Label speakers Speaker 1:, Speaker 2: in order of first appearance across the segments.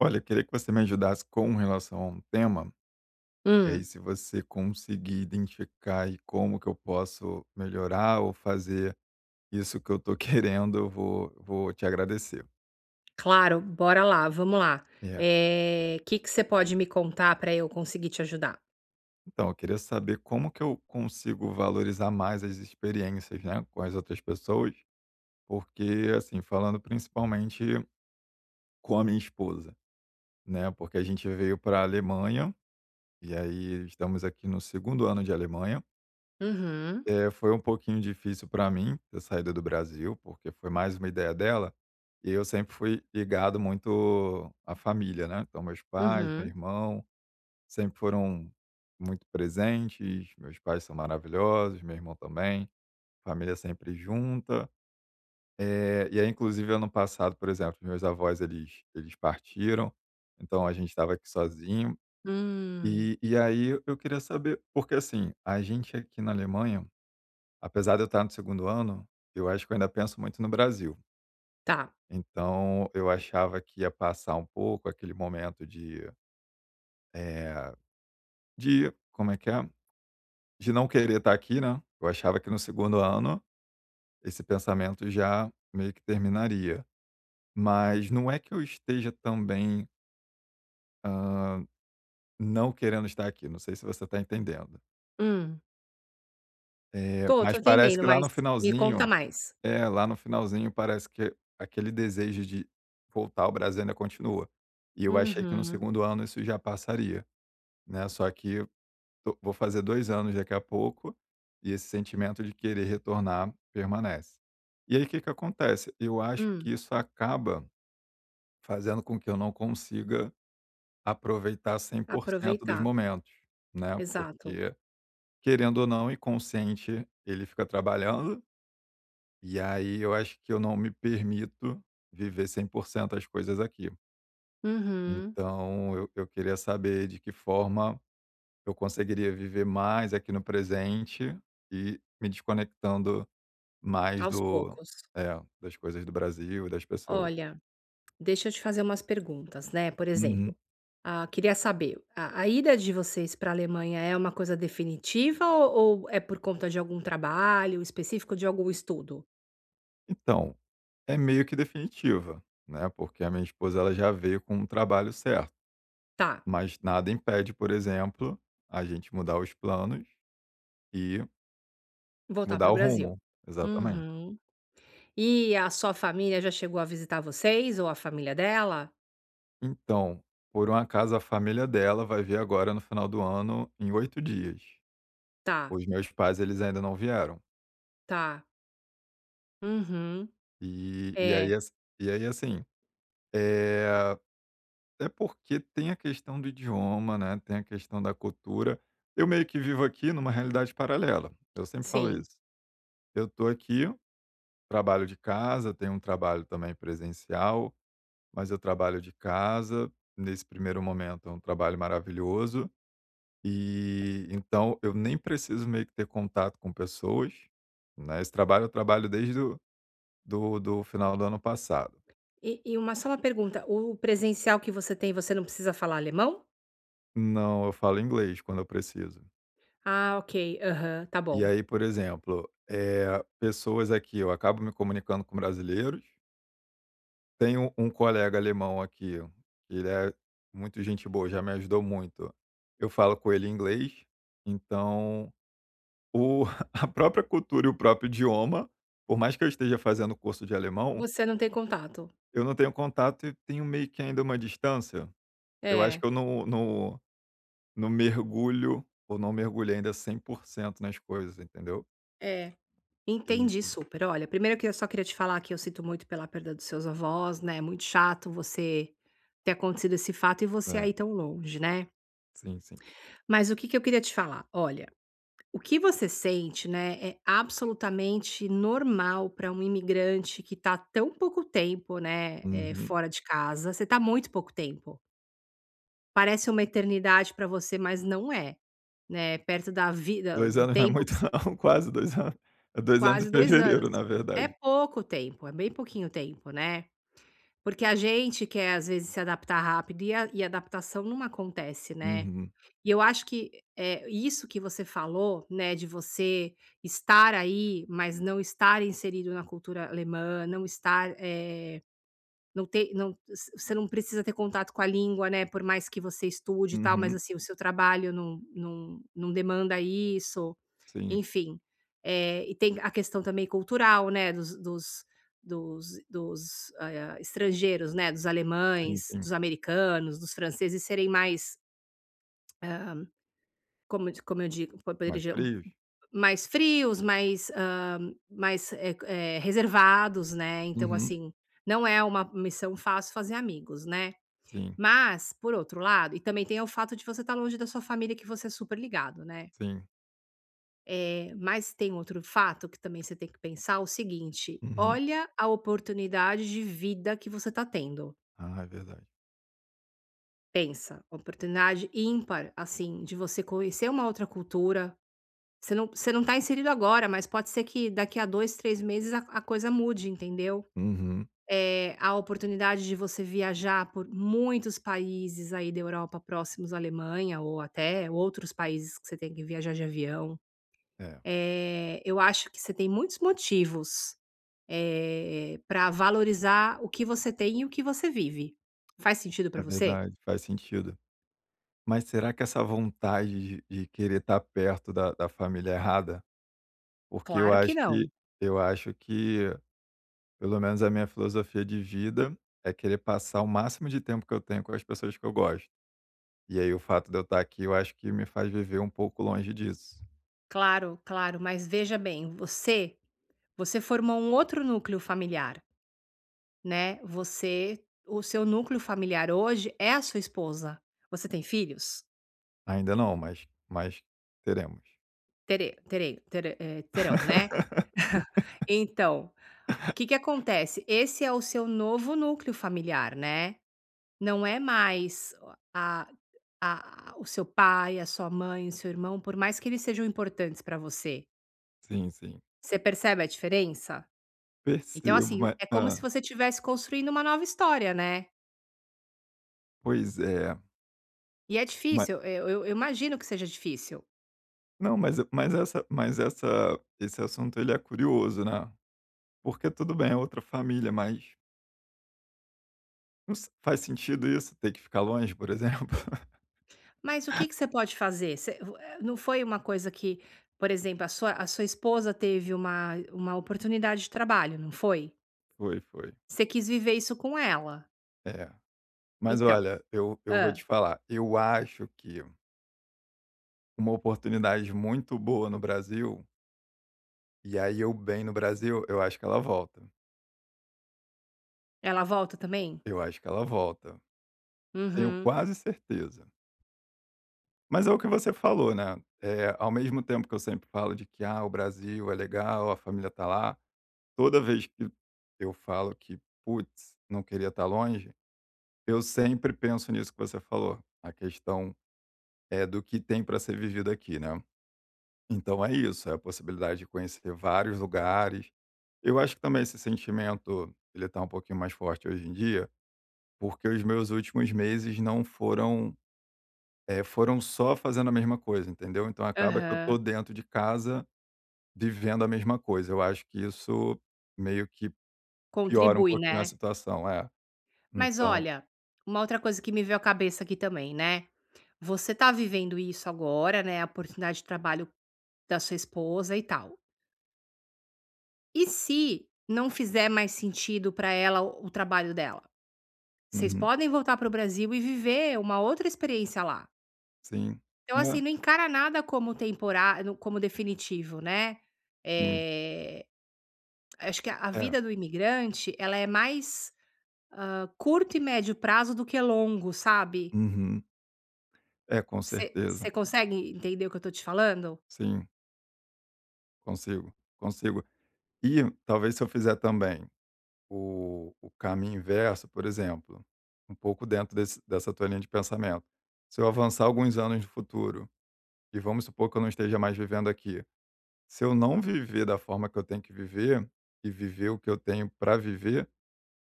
Speaker 1: Olha, eu queria que você me ajudasse com relação a um tema, e aí
Speaker 2: Hum,
Speaker 1: se você conseguir identificar e como que eu posso melhorar ou fazer isso que eu tô querendo, eu vou te agradecer.
Speaker 2: claro, bora lá, vamos lá.
Speaker 1: É,
Speaker 2: O que que você pode me contar para eu conseguir te ajudar?
Speaker 1: então eu queria saber como que eu consigo valorizar mais as experiências, né, com as outras pessoas, porque assim, falando principalmente com a minha esposa, né, porque a gente veio para a Alemanha, e aí estamos aqui no segundo ano de Alemanha.
Speaker 2: Uhum,
Speaker 1: É, foi um pouquinho difícil para mim ter saído do Brasil, porque foi mais uma ideia dela, e eu sempre fui ligado muito à família, né. Então meus pais, meu
Speaker 2: uhum,
Speaker 1: irmão, sempre foram muito presentes, meus pais são maravilhosos, meu irmão também, família sempre junta. E aí inclusive ano passado, por exemplo, meus avós eles partiram, então a gente estava aqui sozinho.
Speaker 2: hum,
Speaker 1: E aí eu queria saber porque, assim, a gente aqui na Alemanha, apesar de eu estar no segundo ano, eu acho que eu ainda penso muito no Brasil.
Speaker 2: tá,
Speaker 1: Então, eu achava que ia passar um pouco aquele momento de, eh, de como é que é? De não querer estar aqui, né. Eu achava que no segundo ano esse pensamento já meio que terminaria. Mas não é que eu esteja também, hã, não querendo estar aqui, não sei se você está entendendo.
Speaker 2: hum, tô, tô
Speaker 1: Mas parece
Speaker 2: entendendo,
Speaker 1: que lá
Speaker 2: mas
Speaker 1: no
Speaker 2: me conta
Speaker 1: finalzinho,
Speaker 2: mais.
Speaker 1: é, lá no finalzinho parece que aquele desejo de voltar ao Brasil ainda continua. E eu achei que no
Speaker 2: Uhum,
Speaker 1: segundo ano isso já passaria, né, só que tô vou fazer 2 anos daqui a pouco, e esse sentimento de querer retornar permanece. E aí o que que acontece? Eu acho que
Speaker 2: hum,
Speaker 1: isso acaba fazendo com que eu não consiga aproveitar cem por cento dos
Speaker 2: aproveitar,
Speaker 1: momentos, né,
Speaker 2: exato,
Speaker 1: porque, querendo ou não, o inconsciente ele fica trabalhando. E aí eu acho que eu não me permito viver 100% as coisas aqui.
Speaker 2: uhum,
Speaker 1: Então eu queria saber de que forma eu conseguiria viver mais aqui no presente e me desconectando mais
Speaker 2: aos
Speaker 1: do,
Speaker 2: poucos,
Speaker 1: é, das coisas do Brasil, das pessoas.
Speaker 2: olha, deixa eu te fazer umas perguntas, né, por
Speaker 1: Uhum.
Speaker 2: exemplo, ah, queria saber, a ida de vocês pra Alemanha é uma coisa definitiva ou é por conta de algum trabalho específico, de algum estudo?
Speaker 1: Então, é meio que definitiva, né? Porque a minha esposa ela já veio com um trabalho certo,
Speaker 2: Tá,
Speaker 1: mas nada impede, por exemplo, a gente mudar os planos e
Speaker 2: voltar para
Speaker 1: mudar
Speaker 2: o
Speaker 1: o
Speaker 2: Brasil.
Speaker 1: rumo. Exatamente.
Speaker 2: Uhum. E a sua família já chegou a visitar vocês ou a família dela?
Speaker 1: Então, por um acaso, a família dela vai vir agora no final do ano, em 8 dias.
Speaker 2: Tá,
Speaker 1: Os meus pais, eles ainda não vieram.
Speaker 2: tá. Uhum.
Speaker 1: E e
Speaker 2: É,
Speaker 1: aí ass e aí, assim, eh, é até porque tem a questão do idioma, né, tem a questão da cultura. Eu meio que vivo aqui numa realidade paralela, eu sempre falo
Speaker 2: sim.
Speaker 1: isso. Eu tô aqui, trabalho de casa, tenho um trabalho também presencial, mas eu trabalho de casa. Nesse primeiro momento é um trabalho maravilhoso. E então eu nem preciso meio que ter contato com pessoas, né, esse trabalho eu trabalho desde do final do ano passado.
Speaker 2: E uma só uma pergunta, o presencial que você tem, você não precisa falar alemão?
Speaker 1: Não, eu falo inglês quando eu preciso.
Speaker 2: Ah, ok. Aham, tá
Speaker 1: E
Speaker 2: bom.
Speaker 1: aí, por exemplo, pessoas aqui eu acabo me comunicando com brasileiros, tenho um colega alemão aqui, que ele é muito gente boa, já me ajudou muito. Eu falo com ele em inglês, então o a própria cultura e o próprio idioma, por mais que eu esteja fazendo curso de alemão,
Speaker 2: Você não tem contato.
Speaker 1: eu não tenho contato e tenho meio que ainda uma distância. Eu acho
Speaker 2: É.
Speaker 1: que eu não mergulho ou não mergulhei ainda 100% nas coisas, entendeu.
Speaker 2: É, entendi
Speaker 1: E
Speaker 2: super. Olha, primeiro que eu só queria te falar que eu sinto muito pela perda dos seus avós, né, é muito chato você ter acontecido esse fato e você
Speaker 1: é,
Speaker 2: aí tão longe, né.
Speaker 1: sim, sim.
Speaker 2: Mas o que que eu queria te falar? Olha, o que você sente, né, é absolutamente normal para um imigrante que tá tão pouco tempo, né,
Speaker 1: Uhum.
Speaker 2: fora de casa, você tá muito pouco tempo. Parece uma eternidade para você, mas não é, né, perto da vida
Speaker 1: 2
Speaker 2: do
Speaker 1: anos não é
Speaker 2: tempo
Speaker 1: muito
Speaker 2: que
Speaker 1: não, quase 2 anos. É 2 anos de
Speaker 2: quase 2 anos.
Speaker 1: fevereiro, na
Speaker 2: É
Speaker 1: verdade.
Speaker 2: pouco tempo, é bem pouquinho tempo, né. Porque a gente quer às vezes se adaptar rápido e a adaptação não acontece, né.
Speaker 1: Uhum,
Speaker 2: E eu acho que, é isso que você falou, né, de você estar aí, mas não estar inserido na cultura alemã, não estar, não ter não s você não precisa ter contato com a língua, né, por mais que você estude e tal, mas
Speaker 1: uhum.
Speaker 2: assim, o seu trabalho não demanda isso.
Speaker 1: Sim,
Speaker 2: Enfim, e tem a questão também cultural, né, dos estrangeiros, né, dos
Speaker 1: sim,
Speaker 2: alemães,
Speaker 1: sim.
Speaker 2: dos americanos, dos franceses serem mais, como eu digo, po poderia
Speaker 1: Mais
Speaker 2: dizer, um-
Speaker 1: frios?
Speaker 2: mais frios, mais, mais, reservados, né, então
Speaker 1: Uhum.
Speaker 2: assim, não é uma missão fácil fazer amigos, né.
Speaker 1: Sim,
Speaker 2: Mas, por outro lado, e também tem o fato de você estar longe da sua família, que você é super ligado, né.
Speaker 1: sim.
Speaker 2: Mas tem outro fato que também você tem que pensar, o seguinte:
Speaker 1: Uhum.
Speaker 2: olha a oportunidade de vida que você está tendo.
Speaker 1: Ah, é verdade.
Speaker 2: Pensa, oportunidade ímpar, assim, de você conhecer uma outra cultura. Você não está inserido agora, mas pode ser que daqui a dois, três meses a coisa mude, entendeu?
Speaker 1: Uhum.
Speaker 2: É, a oportunidade de você viajar por muitos países aí da Europa próximos à Alemanha ou até outros países que você tem que viajar de avião.
Speaker 1: É,
Speaker 2: Eu acho que você tem muitos motivos para valorizar o que você tem e o que você vive. Faz sentido para
Speaker 1: é
Speaker 2: você?
Speaker 1: verdade, faz sentido. Mas será que essa vontade de querer estar perto da família é errada? Porque
Speaker 2: Claro que não.
Speaker 1: eu acho que, pelo menos a minha filosofia de vida, é querer passar o máximo de tempo que eu tenho com as pessoas que eu gosto. E aí o fato de eu estar aqui, eu acho que me faz viver um pouco longe disso.
Speaker 2: Claro, claro, mas veja bem, você formou um outro núcleo familiar, né, você, o seu núcleo familiar hoje é a sua esposa. Você tem filhos?
Speaker 1: Ainda não, mas teremos.
Speaker 2: Tere terei tere terão, né. Então, o que que acontece? Esse é o seu novo núcleo familiar, né. Não é mais a a o seu pai, a sua mãe, o seu irmão, por mais que eles sejam importantes para você.
Speaker 1: Sim, sim.
Speaker 2: Você percebe a diferença? Então,
Speaker 1: Percebo,
Speaker 2: assim,
Speaker 1: mas
Speaker 2: é como se
Speaker 1: ah,
Speaker 2: você tivesse construindo uma nova história, né.
Speaker 1: pois é.
Speaker 2: E é
Speaker 1: Mas
Speaker 2: difícil, eu imagino que seja difícil.
Speaker 1: não, mas essa esse assunto ele é curioso, né? Porque tudo bem, é outra família, mas não se faz sentido isso? Ter que ficar longe, por exemplo?
Speaker 2: Mas o que que você pode fazer? Você, não foi uma coisa que, por exemplo, a sua esposa teve uma oportunidade de trabalho, não foi?
Speaker 1: Foi, foi.
Speaker 2: Você quis viver isso com ela.
Speaker 1: É. Mas
Speaker 2: Então,
Speaker 1: olha, eu vou te
Speaker 2: hã,
Speaker 1: falar, eu acho que uma oportunidade muito boa no Brasil, e aí eu bem no Brasil, eu acho que ela volta.
Speaker 2: ela volta também?
Speaker 1: Eu acho que ela volta. Tenho
Speaker 2: Uhum.
Speaker 1: quase certeza. Mas é o que você falou, né, é ao mesmo tempo que eu sempre falo de que: "Ah, o Brasil é legal, a família tá lá", toda vez que eu falo que: "Putz, não queria estar longe", eu sempre penso nisso que você falou. A questão é do que tem para ser vivido aqui, né. Então é isso, é a possibilidade de conhecer vários lugares. Eu acho que também esse sentimento, ele tá um pouquinho mais forte hoje em dia, porque os meus últimos meses não foram, foram só fazendo a mesma coisa, entendeu. Então acaba que eu
Speaker 2: Aham.
Speaker 1: tô dentro de casa vivendo a mesma coisa. Eu acho que isso meio que piora um
Speaker 2: Contribui, né.
Speaker 1: pouquinho a situação. É,
Speaker 2: Mas
Speaker 1: então
Speaker 2: olha, uma outra coisa que me veio à cabeça aqui também, né, você tá vivendo isso agora, né, a oportunidade de trabalho da sua esposa e tal. E se não fizer mais sentido pra ela o trabalho dela? Vocês
Speaker 1: uhum,
Speaker 2: podem voltar para o Brasil e viver uma outra experiência lá.
Speaker 1: sim.
Speaker 2: Então,
Speaker 1: É,
Speaker 2: assim, não encara nada como temporário, como definitivo, né.
Speaker 1: sim.
Speaker 2: Eh, acho que a
Speaker 1: É.
Speaker 2: vida do imigrante, ela é mais, curto e médio prazo do que longo, sabe?
Speaker 1: Uhum. É, com
Speaker 2: Você
Speaker 1: certeza.
Speaker 2: você consegue entender o que eu tô te falando?
Speaker 1: Sim, consigo, consigo. E talvez se eu fizer também o caminho inverso, por exemplo, um pouco dentro dessa tua linha de pensamento. Se eu avançar alguns anos no futuro, e vamos supor que eu não esteja mais vivendo aqui, se eu não viver da forma que eu tenho que viver, e viver o que eu tenho para viver,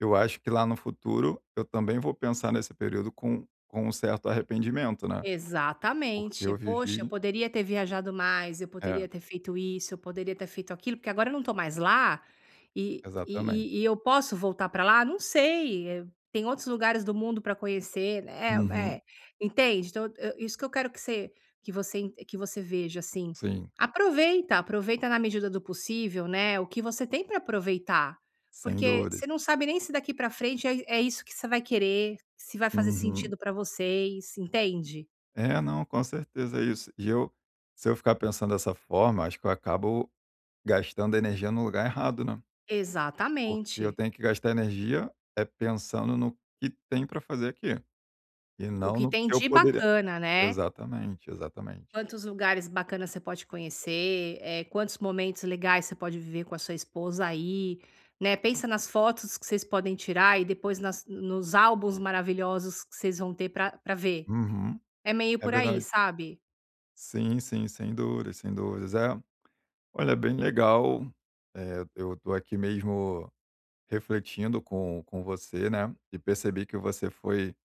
Speaker 1: eu acho que lá no futuro eu também vou pensar nesse período com um certo arrependimento, né? Porque
Speaker 2: Exatamente.
Speaker 1: eu
Speaker 2: "Poxa, eu
Speaker 1: vivi.
Speaker 2: poderia ter viajado mais, eu
Speaker 1: É,
Speaker 2: poderia ter feito isso, eu poderia ter feito aquilo, porque agora eu não tô mais lá, e
Speaker 1: exatamente.
Speaker 2: e e e eu posso voltar para lá? Não sei, tem outros lugares do mundo para conhecer", né,
Speaker 1: Uhum,
Speaker 2: entende? Então, eu isso que eu quero que você en que você veja, assim,
Speaker 1: sim.
Speaker 2: aproveita, aproveita na medida do possível, né, o que você tem para aproveitar,
Speaker 1: Sem
Speaker 2: porque
Speaker 1: dores.
Speaker 2: você não sabe nem se daqui para frente é é isso que você vai querer, se vai fazer
Speaker 1: Uhum.
Speaker 2: sentido para vocês, entende?
Speaker 1: É, não, com certeza é isso. E eu, se eu ficar pensando dessa forma, acho que eu acabo gastando energia no lugar errado, né, porque eu
Speaker 2: Exatamente.
Speaker 1: tenho que gastar energia, é pensando no que tem para fazer aqui, e
Speaker 2: O
Speaker 1: não
Speaker 2: que
Speaker 1: no
Speaker 2: tem
Speaker 1: que eu
Speaker 2: de
Speaker 1: poderia
Speaker 2: bacana, né.
Speaker 1: exatamente, exatamente.
Speaker 2: Quantos lugares bacanas você pode conhecer, quantos momentos legais você pode viver com a sua esposa aí, né. Pensa nas fotos que vocês podem tirar e depois nas nos álbuns maravilhosos que vocês vão ter pra pra ver.
Speaker 1: Uhum.
Speaker 2: É meio
Speaker 1: É
Speaker 2: por aí,
Speaker 1: verdade.
Speaker 2: sabe,
Speaker 1: Sim, sim, sem dúvidas, sem dúvidas. É, olha, é bem legal, eu tô aqui mesmo refletindo com você, né, e percebi que você foi,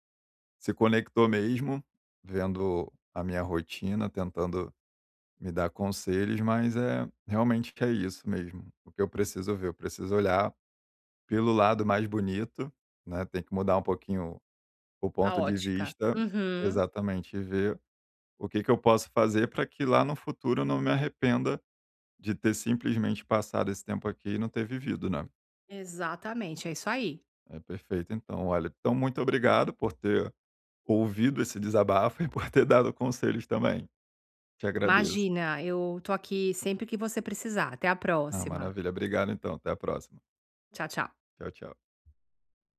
Speaker 1: se conectou mesmo, vendo a minha rotina, tentando me dar conselhos, mas é realmente é isso mesmo. O que eu preciso ver, eu preciso olhar pelo lado mais bonito, né? Tem que mudar um pouquinho o
Speaker 2: a
Speaker 1: ponto de
Speaker 2: ótica.
Speaker 1: vista,
Speaker 2: Uhum.
Speaker 1: exatamente, e ver o que que eu posso fazer para que lá no futuro eu não me arrependa de ter simplesmente passado esse tempo aqui e não ter vivido, né?
Speaker 2: Exatamente, é isso aí.
Speaker 1: É perfeito. Então, olha, então muito obrigado por ter ouvido esse desabafo e por ter dado conselhos também. Te agradeço.
Speaker 2: Imagina, eu tô aqui sempre que você precisar. Até a
Speaker 1: Ah,
Speaker 2: próxima.
Speaker 1: maravilha. Obrigado então, até a próxima.
Speaker 2: Tchau, tchau.
Speaker 1: Tchau, tchau.